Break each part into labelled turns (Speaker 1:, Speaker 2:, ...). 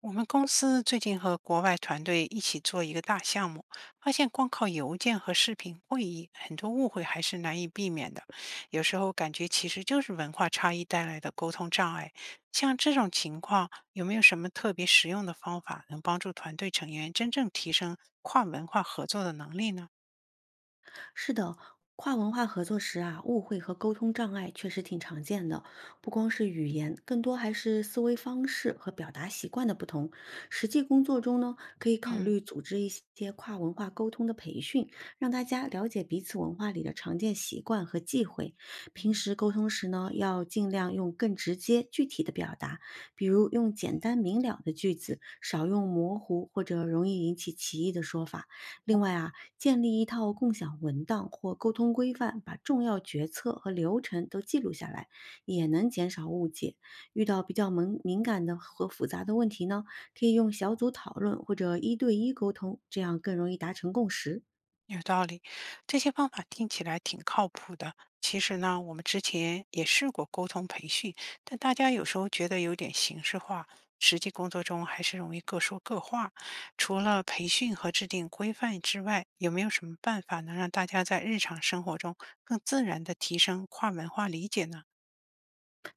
Speaker 1: 我们公司最近和国外团队一起做一个大项目，发现光靠邮件和视频会议，很多误会还是难以避免的。有时候感觉其实就是文化差异带来的沟通障碍。像这种情况，有没有什么特别实用的方法能帮助团队成员真正提升跨文化合作的能力呢？
Speaker 2: 是的，跨文化合作时啊，误会和沟通障碍确实挺常见的，不光是语言，更多还是思维方式和表达习惯的不同。实际工作中呢，可以考
Speaker 1: 嗯。
Speaker 2: 虑组织一些跨文化沟通的培训，让大家了解彼此文化里的常见习惯和忌讳。平时沟通时呢，要尽量用更直接、具体的表达，比如用简单明了的句子，少用模糊或者容易引起歧义的说法。另外啊，建立一套共享文档或沟通规范，把重要决策和流程都记录下来，也能减少误解。遇到比较敏感的和复杂的问题呢，可以用小组讨论或者一对一沟通，这样更容易达成共识。
Speaker 1: 有道理，这些方法听起来挺靠谱的。其实呢，我们之前也试过沟通培训，但大家有时候觉得有点形式化，实际工作中还是容易各说各话。除了培训和制定规范之外，有没有什么办法能让大家在日常生活中更自然的提升跨文化理解呢？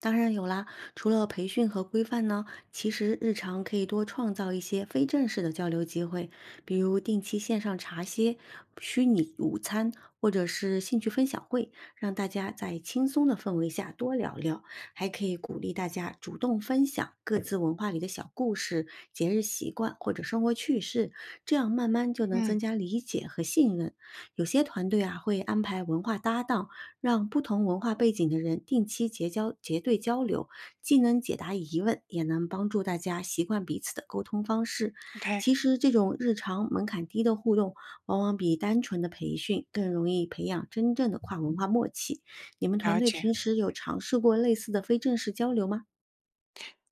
Speaker 2: 当然有啦，除了培训和规范呢，其实日常可以多创造一些非正式的交流机会，比如定期线上茶歇、虚拟午餐，或者是兴趣分享会，让大家在轻松的氛围下多聊聊。还可以鼓励大家主动分享各自文化里的小故事、节日习惯或者生活趣事，这样慢慢就能增
Speaker 1: 嗯
Speaker 2: 加理解和信任。有些团队啊会安排文化搭档。让不同文化背景的人定期结对交流，既能解答疑问，也能帮助大家习惯彼此的沟通方式。
Speaker 1: ，OK，
Speaker 2: 其实，这种日常门槛低的互动，往往比单纯的培训更容易培养真正的跨文化默契。你们团
Speaker 1: 了
Speaker 2: 队
Speaker 1: 解。
Speaker 2: 平时有尝试过类似的非正式交流吗？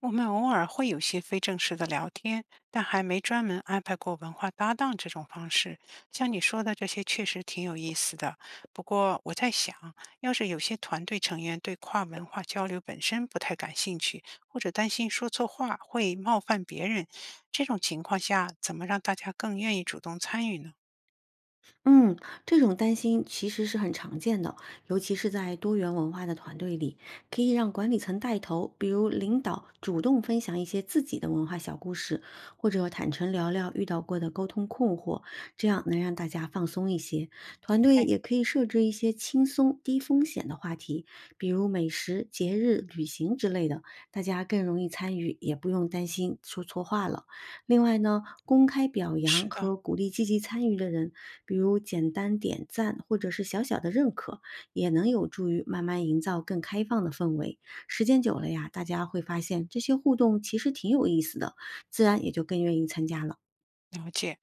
Speaker 1: 我们偶尔会有些非正式的聊天，但还没专门安排过文化搭档这种方式。像你说的这些，确实挺有意思的。不过我在想，要是有些团队成员对跨文化交流本身不太感兴趣，或者担心说错话会冒犯别人，这种情况下，怎么让大家更愿意主动参与呢？
Speaker 2: 嗯，这种担心其实是很常见的，尤其是在多元文化的团队里，可以让管理层带头，比如领导主动分享一些自己的文化小故事，或者坦诚聊聊遇到过的沟通困惑，这样能让大家放松一些。团队
Speaker 1: 哎，
Speaker 2: 也可以设置一些轻松、低风险的话题，比如美食、节日、旅行之类的，大家更容易参与，也不用担心说错话了。另外呢，公开表扬
Speaker 1: 是的，
Speaker 2: 和鼓励积极参与的人，比如简单点赞或者是小小的认可，也能有助于慢慢营造更开放的氛围。时间久了呀，大家会发现这些互动其实挺有意思的，自然也就更愿意参加了。
Speaker 1: 了解，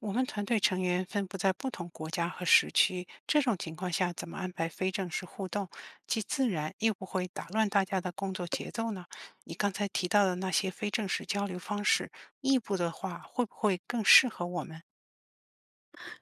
Speaker 1: 我们团队成员分布在不同国家和时区，这种情况下怎么安排非正式互动，既自然又不会打乱大家的工作节奏呢？你刚才提到的那些非正式交流方式，异步的话会不会更适合我们？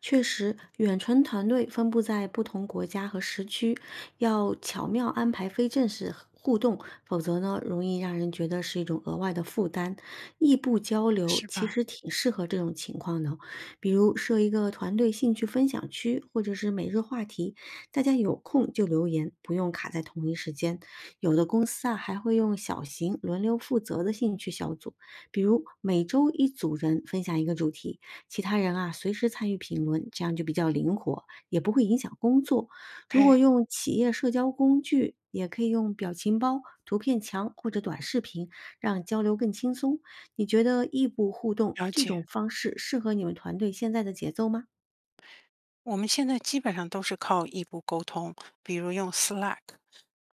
Speaker 2: 确实，远程团队分布在不同国家和时区，要巧妙安排非正式和互动，否则呢，容易让人觉得是一种额外的负担。异步交流
Speaker 1: 是
Speaker 2: 其
Speaker 1: 吧
Speaker 2: 实挺适合这种情况的哦，比如设一个团队兴趣分享区，或者是每日话题，大家有空就留言，不用卡在同一时间。有的公司啊，还会用小型轮流负责的兴趣小组，比如每周一组人分享一个主题。其他人啊随时参与评论，这样就比较灵活，也不会影响工作。如
Speaker 1: ？OK，
Speaker 2: 果用企业社交工具，也可以用表情包、图片墙或者短视频，让交流更轻松。你觉得异步互动
Speaker 1: 了
Speaker 2: 这
Speaker 1: 解。
Speaker 2: 种方式适合你们团队现在的节奏吗？
Speaker 1: 我们现在基本上都是靠异步沟通，比如用 Slack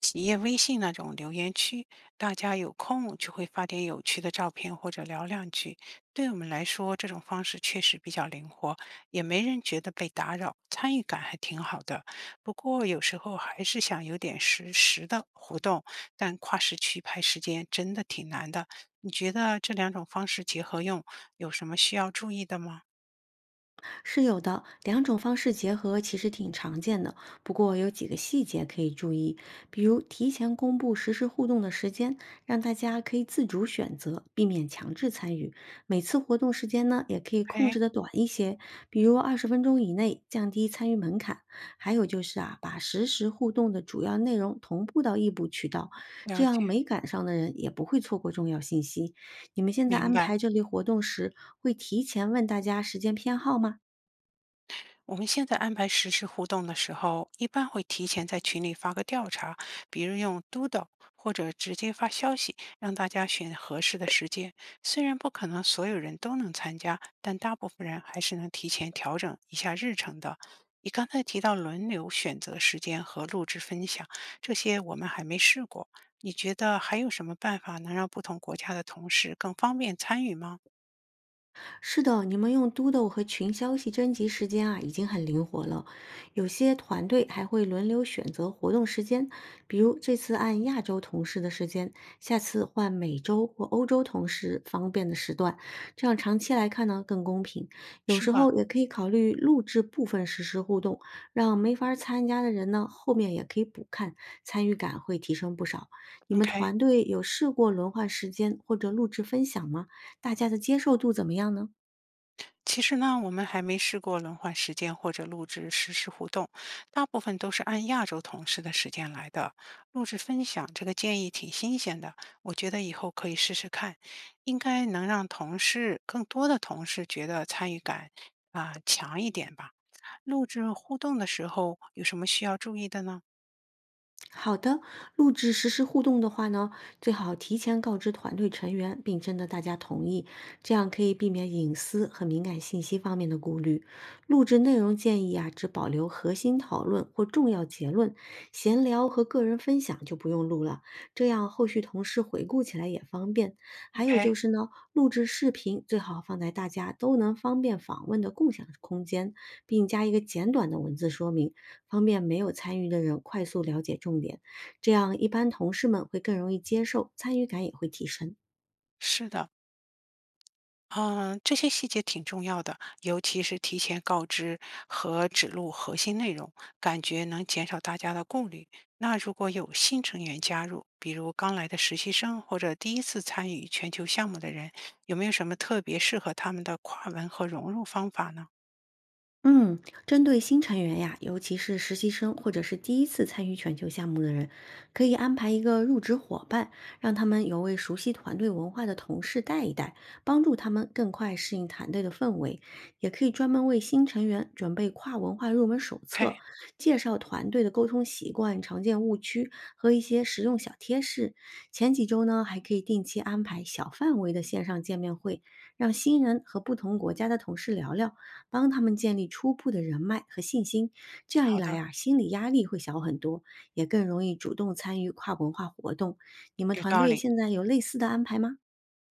Speaker 1: 企业微信那种留言区，大家有空就会发点有趣的照片或者聊两句。对我们来说，这种方式确实比较灵活，也没人觉得被打扰，参与感还挺好的。不过有时候还是想有点实时的活动，但跨时区排时间真的挺难的。你觉得这两种方式结合用有什么需要注意的吗
Speaker 2: 是有的，两种方式结合其实挺常见的，不过有几个细节可以注意，比如提前公布实时互动的时间，让大家可以自主选择，避免强制参与。每次活动时间呢，也可以控
Speaker 1: ？OK，
Speaker 2: 制的短一些，比如20分钟以内，降低参与门槛。还有就是啊，把实时互动的主要内容同步到异步渠道，这
Speaker 1: 了
Speaker 2: 样
Speaker 1: 解，
Speaker 2: 没赶上的人也不会错过重要信息。你们现在
Speaker 1: 明
Speaker 2: 安
Speaker 1: 白。
Speaker 2: 排这类活动时，会提前问大家时间偏好吗？
Speaker 1: 我们现在安排实时互动的时候，一般会提前在群里发个调查，比如用 Doodle 或者直接发消息，让大家选合适的时间。虽然不可能所有人都能参加，但大部分人还是能提前调整一下日程的。你刚才提到轮流选择时间和录制分享，这些我们还没试过。你觉得还有什么办法能让不同国家的同事更方便参与吗？
Speaker 2: 是的，你们用嘟嘟和群消息征集时间啊，已经很灵活了。有些团队还会轮流选择活动时间，比如这次按亚洲同事的时间，下次换美洲或欧洲同事方便的时段，这样长期来看呢更公平。有
Speaker 1: 是
Speaker 2: 时
Speaker 1: 吧
Speaker 2: 候也可以考虑录制部分实时互动，让没法儿参加的人呢后面也可以补看，参与感会提升不少。你们
Speaker 1: ？OK，
Speaker 2: 团队有试过轮换时间或者录制分享吗？大家的接受度怎么样呢？
Speaker 1: 其实呢，我们还没试过轮换时间或者录制实时互动，大部分都是按亚洲同事的时间来的。录制分享这个建议挺新鲜的，我觉得以后可以试试看，应该能让同事更多的同事觉得参与感啊、强一点吧。录制互动的时候有什么需要注意的呢
Speaker 2: 好的，录制实时互动的话呢，最好提前告知团队成员，并征得大家同意，这样可以避免隐私和敏感信息方面的顾虑。录制内容建议啊，只保留核心讨论或重要结论，闲聊和个人分享就不用录了，这样后续同事回顾起来也方便。还有就
Speaker 1: ？OK，
Speaker 2: 是呢，录制视频最好放在大家都能方便访问的共享空间，并加一个简短的文字说明。方便没有参与的人快速了解重点，这样一般同事们会更容易接受，参与感也会提升。
Speaker 1: 是的，嗯，这些细节挺重要的，尤其是提前告知和指路核心内容，感觉能减少大家的顾虑。那如果有新成员加入，比如刚来的实习生或者第一次参与全球项目的人，有没有什么特别适合他们的跨文和融入方法呢
Speaker 2: 嗯，针对新成员呀，尤其是实习生或者是第一次参与全球项目的人，可以安排一个入职伙伴，让他们有位熟悉团队文化的同事带一带，帮助他们更快适应团队的氛围。也可以专门为新成员准备跨文化入门手
Speaker 1: ？OK，
Speaker 2: 册，介绍团队的沟通习惯、常见误区和一些实用小贴士。前几周呢，还可以定期安排小范围的线上见面会，让新人和不同国家的同事聊聊。帮他们建立初步的人脉和信心。这样一
Speaker 1: 好
Speaker 2: 来
Speaker 1: 的，
Speaker 2: 啊，心理压力会小很多，也更容易主动参与跨文化活动。你们
Speaker 1: 有
Speaker 2: 团
Speaker 1: 道
Speaker 2: 队
Speaker 1: 理。
Speaker 2: 现在有类似的安排吗？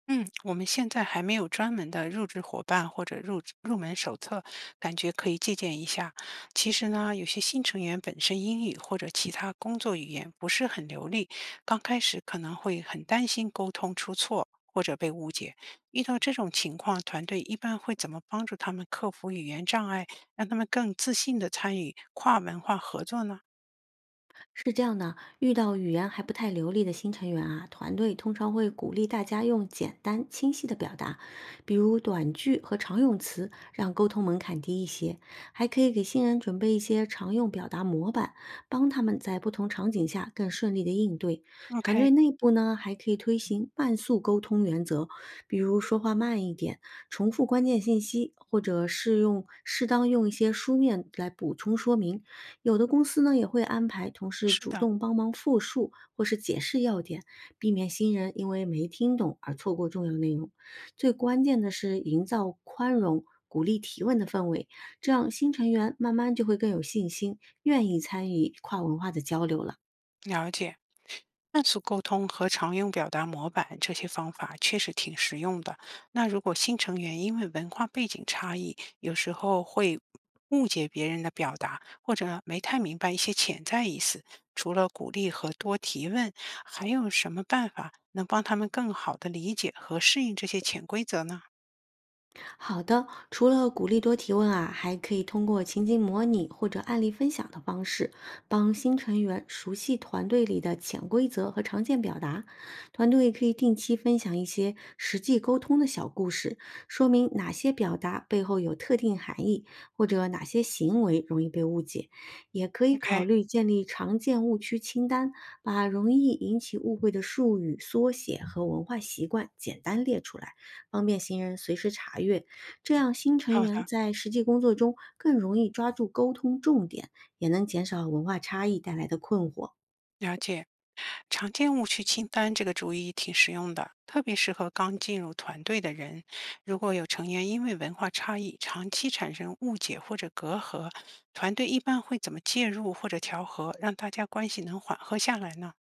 Speaker 1: 嗯，我们现在还没有专门的入职伙伴或者入职入门手册，感觉可以借鉴一下。其实呢，有些新成员本身英语或者其他工作语言不是很流利，刚开始可能会很担心沟通出错或者被误解。遇到这种情况，团队一般会怎么帮助他们克服语言障碍，让他们更自信地参与跨文化合作呢
Speaker 2: 是这样的，遇到语言还不太流利的新成员啊，团队通常会鼓励大家用简单清晰的表达，比如短句和常用词，让沟通门槛低一些。还可以给新人准备一些常用表达模板，帮他们在不同场景下更顺利的应对。团
Speaker 1: ？OK，
Speaker 2: 队内部呢，还可以推行慢速沟通原则，比如说话慢一点，重复关键信息，或者是适当用一些书面来补充说明。有的公司呢也会安排同事
Speaker 1: 是
Speaker 2: 主
Speaker 1: 的，
Speaker 2: 动帮忙复述或是解释要点，避免新人因为没听懂而错过重要内容。最关键的是营造宽容、鼓励提问的氛围，这样新成员慢慢就会更有信心，愿意参与跨文化的交流了。
Speaker 1: 了解。快速沟通和常用表达模板这些方法确实挺实用的。那如果新成员因为文化背景差异，有时候会误解别人的表达，或者没太明白一些潜在意思，除了鼓励和多提问，还有什么办法能帮他们更好的理解和适应这些潜规则呢
Speaker 2: 好的，除了鼓励多提问啊，还可以通过情景模拟或者案例分享的方式，帮新成员熟悉团队里的潜规则和常见表达。团队也可以定期分享一些实际沟通的小故事，说明哪些表达背后有特定含义，或者哪些行为容易被误解。也可以考
Speaker 1: ？OK，
Speaker 2: 虑建立常见误区清单，把容易引起误会的术语、缩写和文化习惯简单列出来。方便行人随时查阅。这样新成
Speaker 1: 好
Speaker 2: 员
Speaker 1: 的，
Speaker 2: 在实际工作中更容易抓住沟通重点，也能减少文化差异带来的困惑。
Speaker 1: 了解。常见误区清单这个主意挺实用的，特别适合刚进入团队的人。如果有成员因为文化差异长期产生误解或者隔阂，团队一般会怎么介入或者调和，让大家关系能缓和下来呢？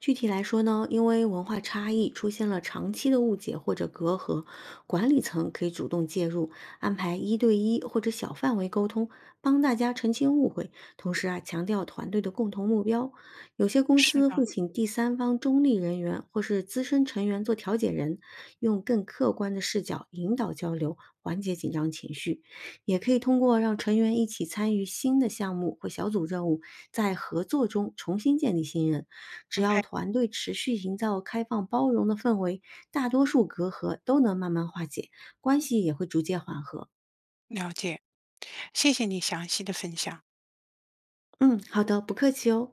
Speaker 2: 具体来说呢，因为文化差异出现了长期的误解或者隔阂，管理层可以主动介入，安排一对一或者小范围沟通，帮大家澄清误会。同时啊，强调团队的共同目标。有些公
Speaker 1: 是
Speaker 2: 司会
Speaker 1: 的
Speaker 2: 请第三方中立人员或是资深成员做调解人，用更客观的视角引导交流，缓解紧张情绪。也可以通过让成员一起参与新的项目或小组任务，在合作中重新建立信任。只
Speaker 1: ，OK，
Speaker 2: 要团队持续营造开放包容的氛围，大多数隔阂都能慢慢化解，关系也会逐渐缓和。
Speaker 1: 了解，谢谢你详细的分享。
Speaker 2: 嗯，好的，不客气哦。